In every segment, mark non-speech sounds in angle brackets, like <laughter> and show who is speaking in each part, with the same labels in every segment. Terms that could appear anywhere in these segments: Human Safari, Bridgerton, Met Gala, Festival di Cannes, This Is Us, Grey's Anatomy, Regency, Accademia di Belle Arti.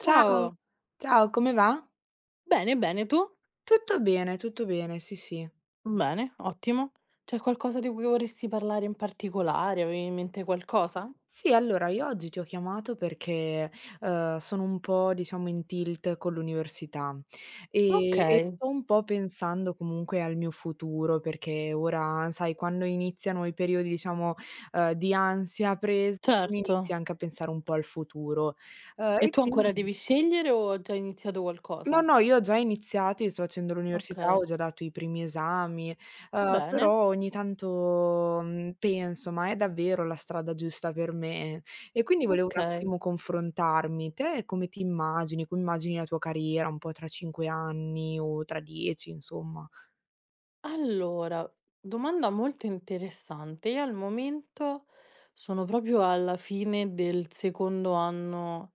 Speaker 1: Ciao,
Speaker 2: Ciao,
Speaker 1: ciao, come va?
Speaker 2: bene, bene, tu?
Speaker 1: Tutto bene, sì, sì.
Speaker 2: Bene, ottimo. C'è qualcosa di cui vorresti parlare in particolare? Avevi in mente qualcosa?
Speaker 1: Sì, allora io oggi ti ho chiamato perché, sono un po' diciamo in tilt con l'università e
Speaker 2: Okay,
Speaker 1: sto un po' pensando comunque al mio futuro, perché ora sai quando iniziano i periodi diciamo, di ansia, presa,
Speaker 2: certo.
Speaker 1: inizia anche a pensare un po' al futuro,
Speaker 2: E
Speaker 1: e
Speaker 2: tu ancora
Speaker 1: quindi.
Speaker 2: devi scegliere o ho già iniziato
Speaker 1: No,
Speaker 2: qualcosa?
Speaker 1: no, io ho già iniziato, io sto facendo l'università, ho
Speaker 2: Okay,
Speaker 1: già dato i primi esami,
Speaker 2: bene,
Speaker 1: però ogni tanto, penso: "Ma è davvero la strada giusta per me?" E quindi volevo un
Speaker 2: okay.
Speaker 1: attimo confrontarmi. Te come ti immagini? Come immagini la tua carriera un po' tra 5 anni o tra 10, insomma?
Speaker 2: Allora, domanda molto interessante. Io al momento sono proprio alla fine del secondo anno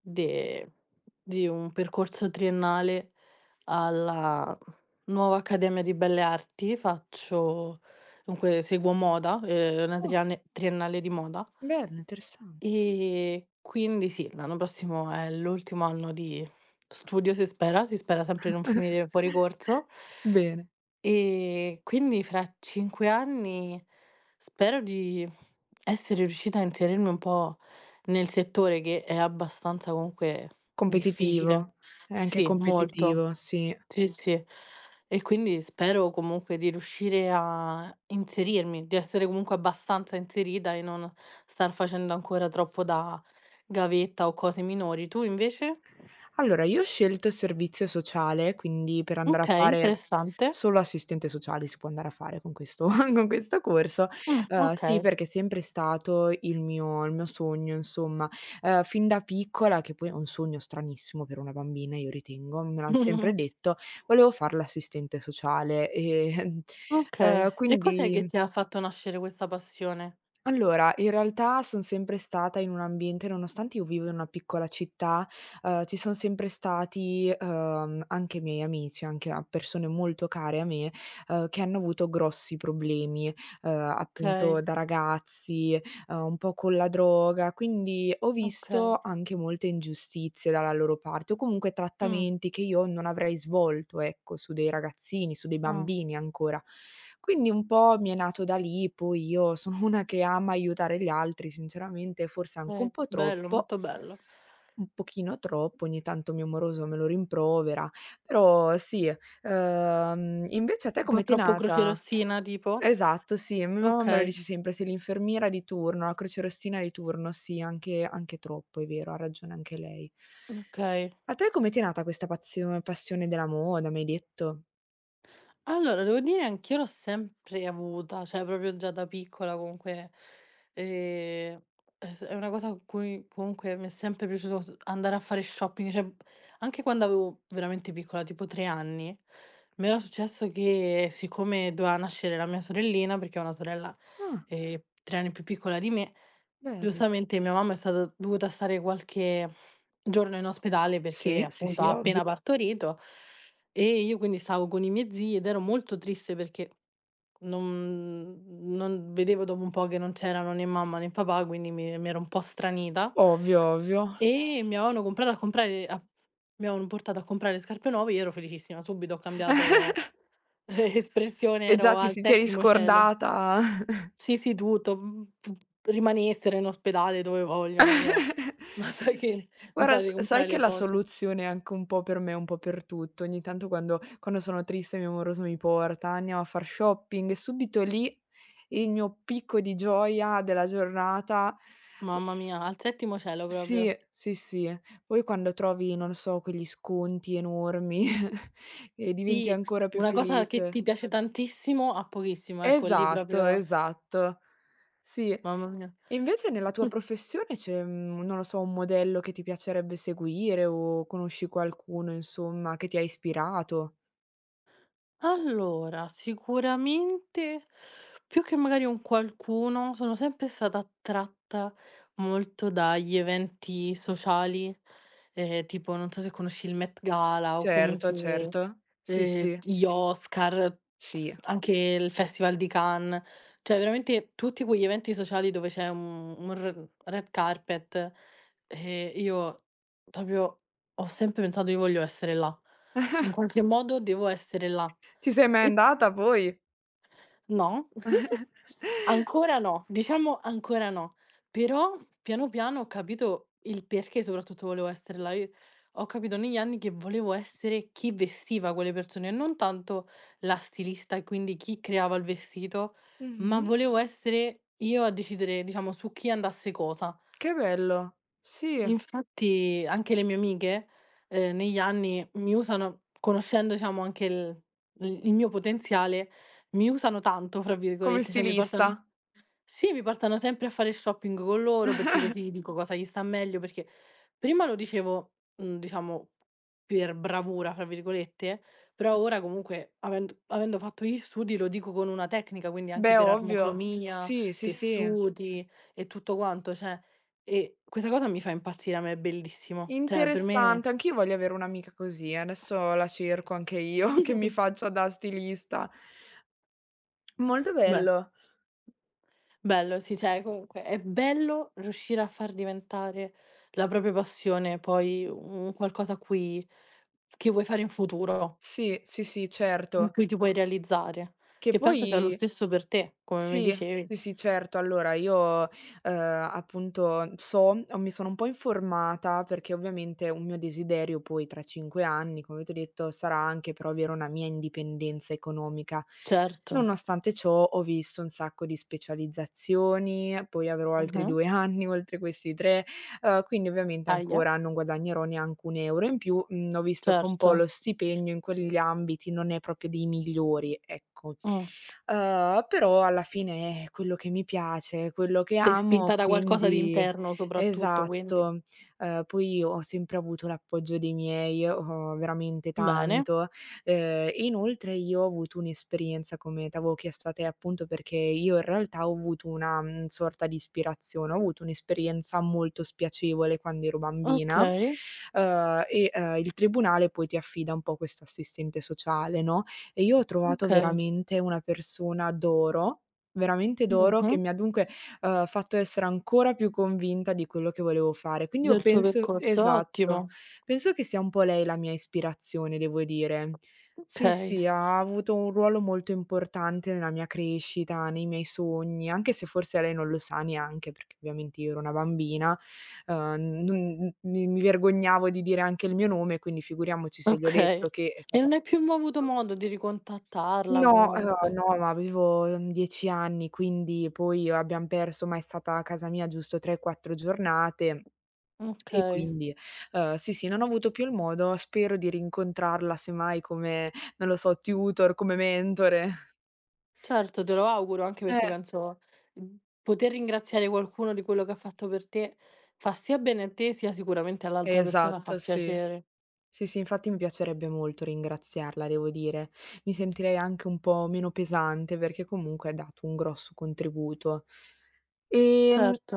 Speaker 2: de- di un percorso triennale alla nuova Accademia di Belle Arti. Faccio, dunque, seguo moda, una
Speaker 1: Oh,
Speaker 2: triennale di moda.
Speaker 1: bello, interessante.
Speaker 2: E quindi sì, l'anno prossimo è l'ultimo anno di studio, si spera sempre di non finire fuori corso.
Speaker 1: Bene.
Speaker 2: Quindi fra 5 anni spero di essere riuscita a inserirmi un po' nel settore che è abbastanza comunque difficile.
Speaker 1: Competitivo, è anche
Speaker 2: Sì, molto.
Speaker 1: competitivo, sì.
Speaker 2: Sì, sì. E quindi spero comunque di riuscire a inserirmi, di essere comunque abbastanza inserita e non star facendo ancora troppo da gavetta o cose minori. Tu invece?
Speaker 1: Allora, io ho scelto il servizio sociale, quindi per andare a
Speaker 2: Okay,
Speaker 1: fare
Speaker 2: interessante.
Speaker 1: solo assistente sociale si può andare a fare con questo <laughs> con questo corso. Sì,
Speaker 2: Okay.
Speaker 1: perché è sempre stato il mio sogno insomma. Fin da piccola, che poi è un sogno stranissimo per una bambina io ritengo, me l'han sempre
Speaker 2: <laughs>
Speaker 1: detto, volevo far l'assistente sociale e, <laughs>
Speaker 2: Okay. E cos'è che
Speaker 1: quindi
Speaker 2: ti ha fatto nascere questa passione?
Speaker 1: allora, in realtà son sempre stata in un ambiente nonostante io vivo in una piccola città, ci son sempre stati, anche i miei amici, anche a persone molto care a me, che hanno avuto grossi problemi,
Speaker 2: Okay,
Speaker 1: appunto da ragazzi, un po' con la droga, quindi ho visto
Speaker 2: okay.
Speaker 1: anche molte ingiustizie dalla loro parte o comunque
Speaker 2: Mh,
Speaker 1: trattamenti che io non avrei svolto, ecco, su dei ragazzini, su dei
Speaker 2: ah,
Speaker 1: bambini ancora. Quindi un po' mi è nato da lì, poi io sono <laughs> una che ama aiutare gli altri sinceramente, forse anche un
Speaker 2: okay.
Speaker 1: po'
Speaker 2: Bello,
Speaker 1: troppo,
Speaker 2: molto bello.
Speaker 1: un pochino troppo, ogni tanto mio moroso me lo rimprovera, però sì. Invece a te
Speaker 2: Un
Speaker 1: come
Speaker 2: po'
Speaker 1: ti è
Speaker 2: troppo
Speaker 1: nata?
Speaker 2: crocerossina tipo?
Speaker 1: Esatto, sì, mia mamma me lo
Speaker 2: Okay,
Speaker 1: dice sempre: "Sei l'infermiera di turno, la crocerossina di turno". Sì, anche anche troppo, è vero, ha ragione anche lei.
Speaker 2: okay.
Speaker 1: A te come ti è nata questa pazio passione della moda, mi hai detto?
Speaker 2: Allora, devo dire anch'io l'ho sempre avuta, cioè proprio già da piccola comunque, ehm, è una cosa con cui comunque mi è sempre piaciuto s andare a fare shopping, cioè anche quando avevo veramente piccola, tipo 3 anni, mi era successo che siccome doveva nascere la mia sorellina, perché ho una sorella,
Speaker 1: Ah,
Speaker 2: 3 anni più piccola di me,
Speaker 1: bello.
Speaker 2: giustamente mia mamma è stata dovuta stare qualche giorno in ospedale perché
Speaker 1: Sì, sì,
Speaker 2: appunto
Speaker 1: sì,
Speaker 2: ha
Speaker 1: ovvio,
Speaker 2: appena partorito. E io quindi stavo con i miei zii ed ero molto triste perché non non vedevo dopo un po' che non c'erano né mamma né papà, quindi mi ero un po' stranita
Speaker 1: ovvio, ovvio.
Speaker 2: e mi avevano portato a comprare scarpe nuove, io ero felicissima, subito ho cambiato <laughs> espressione,
Speaker 1: E già
Speaker 2: ero
Speaker 1: ti
Speaker 2: al
Speaker 1: si ti eri
Speaker 2: settimo cielo.
Speaker 1: scordata.
Speaker 2: Sì, sì, tutto, p rimanessero in ospedale dove vogliono, io: <laughs> "Ma
Speaker 1: <laughs>
Speaker 2: perché mi
Speaker 1: Guarda,
Speaker 2: fate
Speaker 1: s sai
Speaker 2: comprare
Speaker 1: che
Speaker 2: le
Speaker 1: la
Speaker 2: cose?"
Speaker 1: soluzione è anche un po' per me, un po' per tutto, ogni tanto quando sono triste mio amoroso mi porta: "Andiamo a far shopping" e subito lì il mio picco di gioia della giornata. uhm,
Speaker 2: Mamma mia, al settimo cielo
Speaker 1: sì,
Speaker 2: proprio.
Speaker 1: sì, sì. Poi quando trovi, non so, quegli sconti enormi <laughs> e diventi
Speaker 2: Sì,
Speaker 1: ancora più
Speaker 2: una cosa che
Speaker 1: felice.
Speaker 2: ti piace tantissimo a pochissimo, ecco lì
Speaker 1: Esatto,
Speaker 2: proprio
Speaker 1: esatto. Sì.
Speaker 2: mamma
Speaker 1: E
Speaker 2: mia.
Speaker 1: invece nella tua
Speaker 2: <laughs>
Speaker 1: professione c'è, non lo so, un modello che ti piacerebbe seguire o conosci qualcuno, insomma, che ti ha ispirato?
Speaker 2: Allora, sicuramente più che magari un qualcuno, sono sempre stata attratta molto dagli eventi sociali, tipo non so se conosci il Met Gala o
Speaker 1: Certo,
Speaker 2: comunque,
Speaker 1: certo. Sì, sì,
Speaker 2: gli Oscar,
Speaker 1: sì.
Speaker 2: anche il Festival di Cannes, cioè veramente tutti quegli eventi sociali dove c'è un r red carpet, io proprio ho sempre pensato: "Io voglio essere là. In qualche modo devo essere là."
Speaker 1: Ci sei mai
Speaker 2: E
Speaker 1: andata poi?
Speaker 2: no, <laughs> ancora no, diciamo ancora no. Però piano piano ho capito il perché soprattutto volevo essere là. Io ho capito negli anni che volevo essere chi vestiva quelle persone e non tanto la stilista e quindi chi creava il vestito, ma
Speaker 1: Mh-mh.
Speaker 2: volevo essere io a decidere, diciamo, su chi andasse cosa.
Speaker 1: Che bello. Sì,
Speaker 2: Infatti anche le mie amiche, negli anni mi usano conoscendo diciamo anche il mio potenziale, mi "usano tanto" fra
Speaker 1: come
Speaker 2: virgolette, cioè mi portano s
Speaker 1: stilista.
Speaker 2: sì, mi portano sempre a fare shopping con loro perché così dico cosa gli sta meglio, perché prima lo dicevo, diciamo per "bravura" fra virgolette, però ora comunque avendo fatto gli studi lo dico con una tecnica, quindi anche
Speaker 1: Beh,
Speaker 2: per
Speaker 1: ovvio.
Speaker 2: armocromia,
Speaker 1: Sì, sì, sì.
Speaker 2: tessuti e tutto quanto, cioè e questa cosa mi fa impazzire, a me è bellissimo. Cioè per me
Speaker 1: Interessante, anch'io voglio avere un'amica così, eh. Adesso la cerco anche io <laughs> che mi
Speaker 2: <laughs>
Speaker 1: faccia da stilista. Molto
Speaker 2: beh,
Speaker 1: bello.
Speaker 2: bello sì, cioè comunque è bello riuscire a far diventare la propria passione poi un qualcosa a cui che vuoi fare in futuro,
Speaker 1: Sì, sì, sì,
Speaker 2: in
Speaker 1: certo.
Speaker 2: cui ti puoi realizzare,
Speaker 1: Che
Speaker 2: che penso sia lo
Speaker 1: poi.
Speaker 2: stesso per te, come mi
Speaker 1: Sì,
Speaker 2: dicevi.
Speaker 1: sì, sì, certo. Allora io, appunto so o mi sono un po' informata, perché ovviamente un mio desiderio poi tra 5 anni, come ti ho detto, sarà anche però avere una mia indipendenza economica.
Speaker 2: Certo.
Speaker 1: Nonostante ciò ho visto un sacco di specializzazioni, poi avrò altri
Speaker 2: Mh-mh.
Speaker 1: 2 anni <laughs> oltre questi 3, quindi ovviamente
Speaker 2: Ahia.
Speaker 1: ancora non guadagnerò neanche un euro in più. Mhmm, Ho visto che un
Speaker 2: Certo.
Speaker 1: po' lo stipendio in quegli ambiti non è proprio dei migliori, ecco.
Speaker 2: Mh.
Speaker 1: Però alla fine è quello che mi piace, è quello che
Speaker 2: Sei spinta
Speaker 1: amo,
Speaker 2: da qualcosa di
Speaker 1: quindi
Speaker 2: interno soprattutto,
Speaker 1: esatto.
Speaker 2: quindi.
Speaker 1: Poi ho sempre avuto l'appoggio dei miei, veramente
Speaker 2: Bene,
Speaker 1: tanto. E inoltre io ho avuto un'esperienza, come t'avevo chiesto a te appunto, perché io in realtà ho avuto una, sorta di ispirazione, ho avuto un'esperienza molto spiacevole quando ero bambina,
Speaker 2: okay,
Speaker 1: il tribunale poi ti affida un po' questa assistente sociale, no, e io ho trovato
Speaker 2: okay.
Speaker 1: veramente una persona d'oro, veramente d'oro, che
Speaker 2: Mh-mh.
Speaker 1: mi ha dunque, fatto essere ancora più convinta di quello che volevo fare. Quindi io
Speaker 2: Del tuo
Speaker 1: penso
Speaker 2: percorso,
Speaker 1: esatto,
Speaker 2: ottimo.
Speaker 1: penso che sia un po' lei la mia ispirazione, devo dire. Sì,
Speaker 2: Okay,
Speaker 1: sì, ha avuto un ruolo molto importante nella mia crescita, nei miei sogni, anche se forse lei non lo sa neanche, perché ovviamente io ero una bambina, non mi vergognavo di dire anche il mio nome, quindi figuriamoci se gli ho
Speaker 2: okay.
Speaker 1: detto che è
Speaker 2: E
Speaker 1: stata.
Speaker 2: non hai più mo avuto modo di ricontattarla
Speaker 1: No,
Speaker 2: comunque?
Speaker 1: no, ma avevo, 10 anni, quindi poi abbiam perso ma è stata a casa mia giusto 3, 4 giornate e
Speaker 2: Okay.
Speaker 1: quindi, sì, sì, non ho avuto più il modo, spero di rincontrarla semmai come, non lo so, tutor, come mentore.
Speaker 2: Certo, te lo auguro, anche perché
Speaker 1: Eh,
Speaker 2: penso, mhmm, poter ringraziare qualcuno di quello che ha fatto per te fa sia bene a te, sia sicuramente all'altra persona fa
Speaker 1: esatto, sì.
Speaker 2: piacere.
Speaker 1: Sì, sì, infatti mi piacerebbe molto ringraziarla, devo dire. Mi sentirei anche un po' meno pesante perché comunque ha dato un grosso contributo. Ehm,
Speaker 2: Certo.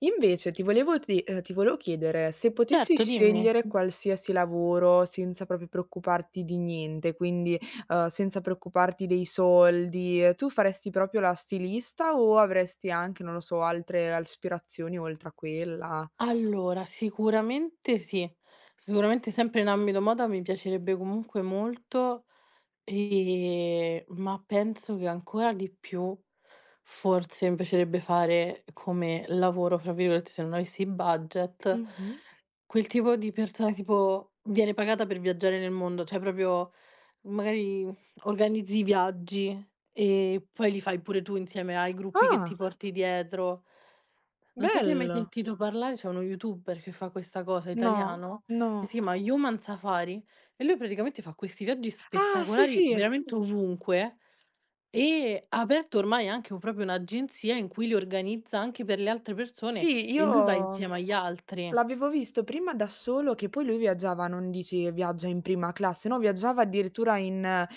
Speaker 1: Invece ti volevo chiedere, se potessi
Speaker 2: Certo, dimmi.
Speaker 1: scegliere qualsiasi lavoro senza proprio preoccuparti di niente, quindi, senza preoccuparti dei soldi, tu faresti proprio la stilista o avresti anche, non lo so, altre aspirazioni oltre a quella?
Speaker 2: Allora, sicuramente sì. Sicuramente sempre in ambito moda mi piacerebbe comunque molto, ma penso che ancora di più forse mi piacerebbe fare come "lavoro", fra virgolette, se non avessi il budget,
Speaker 1: Mh-mh.
Speaker 2: quel tipo di persona tipo viene pagata per viaggiare nel mondo, cioè proprio magari organizzi i viaggi e poi li fai pure tu insieme ai gruppi che ti
Speaker 1: Ah!
Speaker 2: porti dietro. Non so se hai mai
Speaker 1: Bello.
Speaker 2: sentito parlare, c'è uno youtuber che fa questa cosa,
Speaker 1: No,
Speaker 2: italiano,
Speaker 1: no.
Speaker 2: e si chiama Human Safari e lui praticamente fa questi viaggi
Speaker 1: Ah, sì,
Speaker 2: spettacolari
Speaker 1: sì.
Speaker 2: veramente ovunque e ha aperto ormai anche un proprio un'agenzia in cui li organizza anche per le altre persone
Speaker 1: Sì,
Speaker 2: e lui va
Speaker 1: io
Speaker 2: insieme agli altri.
Speaker 1: l'avevo visto prima da solo che poi lui viaggiava, non dici viaggia in prima classe, no, viaggiava addirittura in,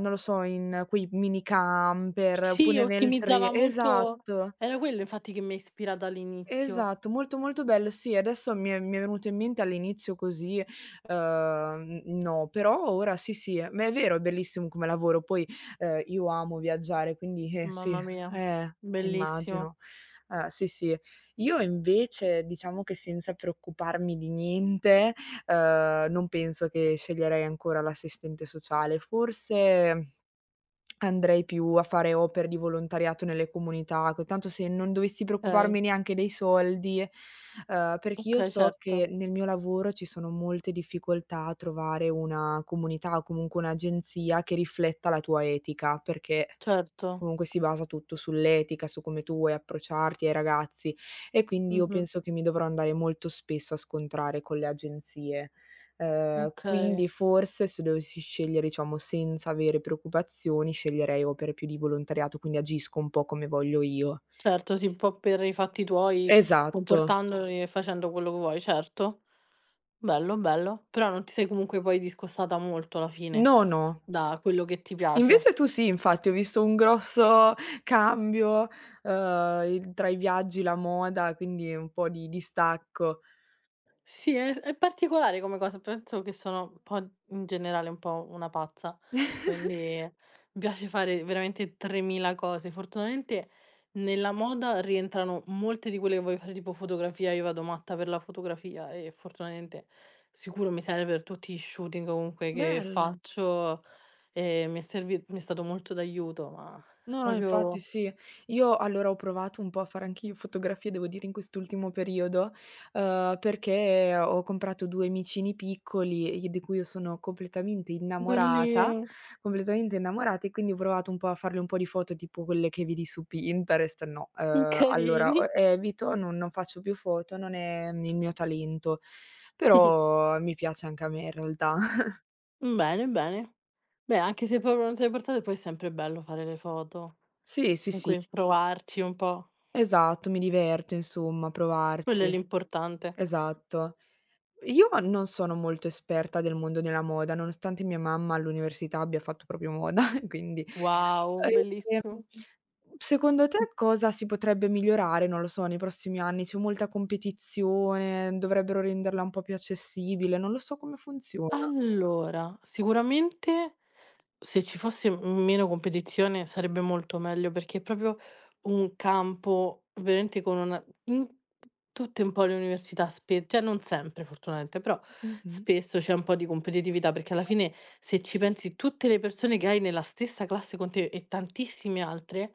Speaker 1: non lo so, in quei mini camper
Speaker 2: Sì,
Speaker 1: oppure nel
Speaker 2: ottimizzava
Speaker 1: tre
Speaker 2: molto,
Speaker 1: esatto.
Speaker 2: era quello infatti che mi ha ispirata all'inizio.
Speaker 1: Esatto, molto, molto bello. Sì, adesso mi è venuto in mente all'inizio così, n no, però ora sì, sì, ma è vero, è bellissimo come lavoro. Poi, io amo viaggiare, quindi, sì,
Speaker 2: Mamma mia,
Speaker 1: eh,
Speaker 2: bellissimo.
Speaker 1: immagino. Sì, sì. Io invece diciamo che senza preoccuparmi di niente, non penso che sceglierei ancora l'assistente sociale. Forse andrei più a fare opere di volontariato nelle comunità, co tanto se non dovessi
Speaker 2: Okay,
Speaker 1: preoccuparmi neanche dei soldi, perché io
Speaker 2: okay,
Speaker 1: so che
Speaker 2: certo,
Speaker 1: nel mio lavoro ci sono molte difficoltà a trovare una comunità o comunque un'agenzia che rifletta la tua etica, perché
Speaker 2: certo.
Speaker 1: comunque si basa tutto sull'etica, su come tu vuoi approcciarti ai ragazzi e quindi io
Speaker 2: Mh-mh,
Speaker 1: penso che mi dovrò andare molto spesso a scontrare con le agenzie.
Speaker 2: okay.
Speaker 1: Quindi forse se dovessi scegliere, diciamo, senza avere preoccupazioni, sceglierei opere più di volontariato, quindi agisco un po' come voglio io.
Speaker 2: Certo, sì, un po' per i fatti tuoi,
Speaker 1: Esatto.
Speaker 2: comportandoli e facendo quello che vuoi, certo. Bello, bello. Però non ti sei comunque poi discostata molto alla fine
Speaker 1: No, no.
Speaker 2: da quello che ti piace.
Speaker 1: Invece tu sì, infatti ho visto un grosso <laughs> cambio, il tra i viaggi, la moda, quindi un po' di distacco.
Speaker 2: Sì, è particolare come cosa, penso che sono un po' in generale un po' una pazza, quindi mi piace fare veramente 3.000 cose. Fortunatamente nella moda rientrano molte di quelle che voglio fare, tipo fotografia, io vado matta per la fotografia e fortunatamente sicuro mi serve per tutti i shooting comunque che
Speaker 1: Bella.
Speaker 2: faccio e mi è stato molto d'aiuto, ma
Speaker 1: No, no, infatti
Speaker 2: proprio
Speaker 1: sì. Io allora ho provato un po' a fare anch'io fotografie, devo dire, in quest'ultimo periodo, perché ho comprato 2 micini piccoli, i di cui io sono
Speaker 2: belli,
Speaker 1: completamente innamorata e quindi ho provato un po' a farle un po' di foto tipo quelle che vedi su Pinterest, no.
Speaker 2: <laughs>
Speaker 1: Allora o
Speaker 2: carini.
Speaker 1: evito, non faccio più foto, non è il mio talento, però mi piace anche a me in realtà. <laughs>
Speaker 2: Bene, bene. Beh, anche se proprio non te le portate, poi è sempre bello fare le foto
Speaker 1: Sì, sì,
Speaker 2: in
Speaker 1: sì,
Speaker 2: cui provarci un po'.
Speaker 1: esatto, mi diverto insomma a
Speaker 2: Quello è
Speaker 1: provarci.
Speaker 2: l'importante.
Speaker 1: Esatto. Io non sono molto esperta del mondo della moda, nonostante mia mamma all'università abbia fatto proprio moda, <laughs> quindi
Speaker 2: Wow,
Speaker 1: ehm,
Speaker 2: bellissimo.
Speaker 1: secondo te cosa si potrebbe migliorare, non lo so, nei prossimi anni? C'è molta competizione, dovrebbero renderla un po' più accessibile, non lo so come funziona.
Speaker 2: Allora, sicuramente se ci fosse meno competizione sarebbe molto meglio perché è proprio un campo veramente con una in tutte un po' le università spe cioè non sempre fortunatamente, però
Speaker 1: Mh-mh.
Speaker 2: spesso c'è un po' di
Speaker 1: Sì.
Speaker 2: competitività perché alla fine se ci pensi tutte le persone che hai nella stessa classe con te e tantissime altre,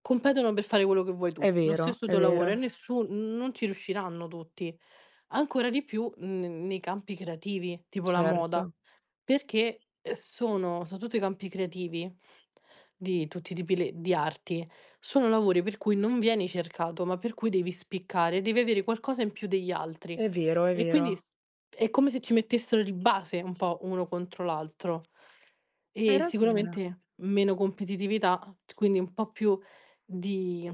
Speaker 2: competono per fare quello che vuoi tu, lo stesso
Speaker 1: È
Speaker 2: tuo lavoro e
Speaker 1: vero,
Speaker 2: nessu non ci riusciranno tutti. Ancora di più n nei campi creativi, tipo la moda,
Speaker 1: certo.
Speaker 2: perché, sono soprattutto i campi creativi di tutti i tipi le di arti, sono lavori per cui non vieni cercato, ma per cui devi spiccare, devi avere qualcosa in più degli altri.
Speaker 1: È vero, è
Speaker 2: E quindi
Speaker 1: vero.
Speaker 2: s è come se ci mettessero di base un po' uno contro l'altro.
Speaker 1: Hai
Speaker 2: E
Speaker 1: ragione.
Speaker 2: sicuramente meno competitività, quindi un po' più di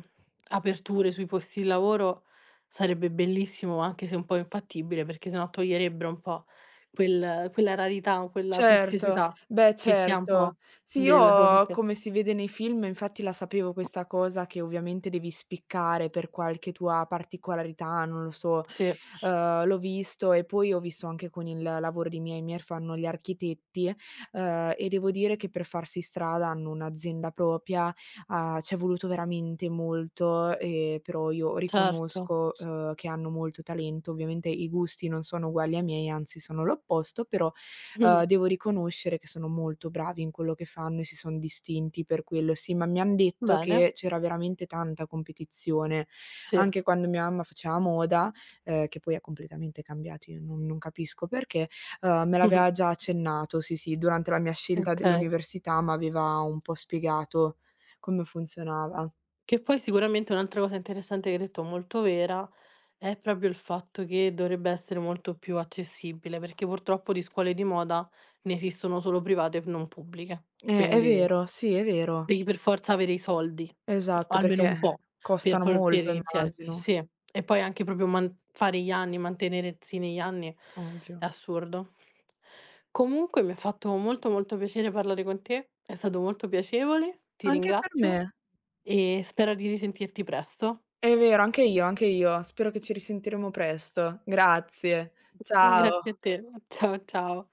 Speaker 2: aperture sui posti di lavoro sarebbe bellissimo, anche se un po' infattibile, perché sennò toglierebbero un po' quella rarità, quella
Speaker 1: Certo,
Speaker 2: preziosità
Speaker 1: beh
Speaker 2: che si ha un
Speaker 1: certo.
Speaker 2: po'
Speaker 1: Sì,
Speaker 2: del.
Speaker 1: io come si vede nei film, infatti la sapevo questa cosa che ovviamente devi spiccare per qualche tua particolarità, non lo so,
Speaker 2: Sì,
Speaker 1: l'ho visto e poi ho visto anche con il lavoro di miei fanno gli architetti, e devo dire che per farsi strada hanno un'azienda propria, ha c'è voluto veramente molto, però io
Speaker 2: certo.
Speaker 1: riconosco, che hanno molto talento. Ovviamente i gusti non sono uguali ai miei, anzi sono l'opposto, però
Speaker 2: <laughs> Mh-mh.
Speaker 1: devo riconoscere che sono molto bravi in quello che fanno e si son distinti per quello. Sì, ma mi han detto
Speaker 2: Bene,
Speaker 1: che c'era veramente tanta competizione.
Speaker 2: sì. <laughs>
Speaker 1: Anche quando mia mamma faceva moda, che poi è completamente cambiato, io non capisco perché, me
Speaker 2: Mh-mh.
Speaker 1: l'aveva già accennato, sì, sì, durante la mia scelta
Speaker 2: Okay.
Speaker 1: dell'università m'aveva un po' spiegato come funzionava.
Speaker 2: Che poi sicuramente un'altra cosa interessante che hai detto, molto vera. È proprio il fatto che dovrebbe essere molto più accessibile, perché purtroppo di scuole di moda ne esistono solo private e non pubbliche.
Speaker 1: È
Speaker 2: Quindi
Speaker 1: vero, sì, è vero.
Speaker 2: devi per forza avere i soldi,
Speaker 1: Esatto,
Speaker 2: almeno un
Speaker 1: perché
Speaker 2: po', per
Speaker 1: costano
Speaker 2: poter
Speaker 1: molto
Speaker 2: iniziare.
Speaker 1: immagino,
Speaker 2: Sì, e poi anche proprio man fare gli anni, mantenersi negli anni
Speaker 1: ovvio.
Speaker 2: è assurdo. Comunque mi ha fatto molto, molto piacere parlare con te, è stato molto piacevole, ti
Speaker 1: Anche per
Speaker 2: ringrazio
Speaker 1: me. Sì.
Speaker 2: e spero di risentirti presto.
Speaker 1: È vero, anche io, anche io. Spero che ci risentiremo presto. Grazie. Ciao.
Speaker 2: Grazie a
Speaker 1: Ciao.
Speaker 2: te. Ciao, ciao.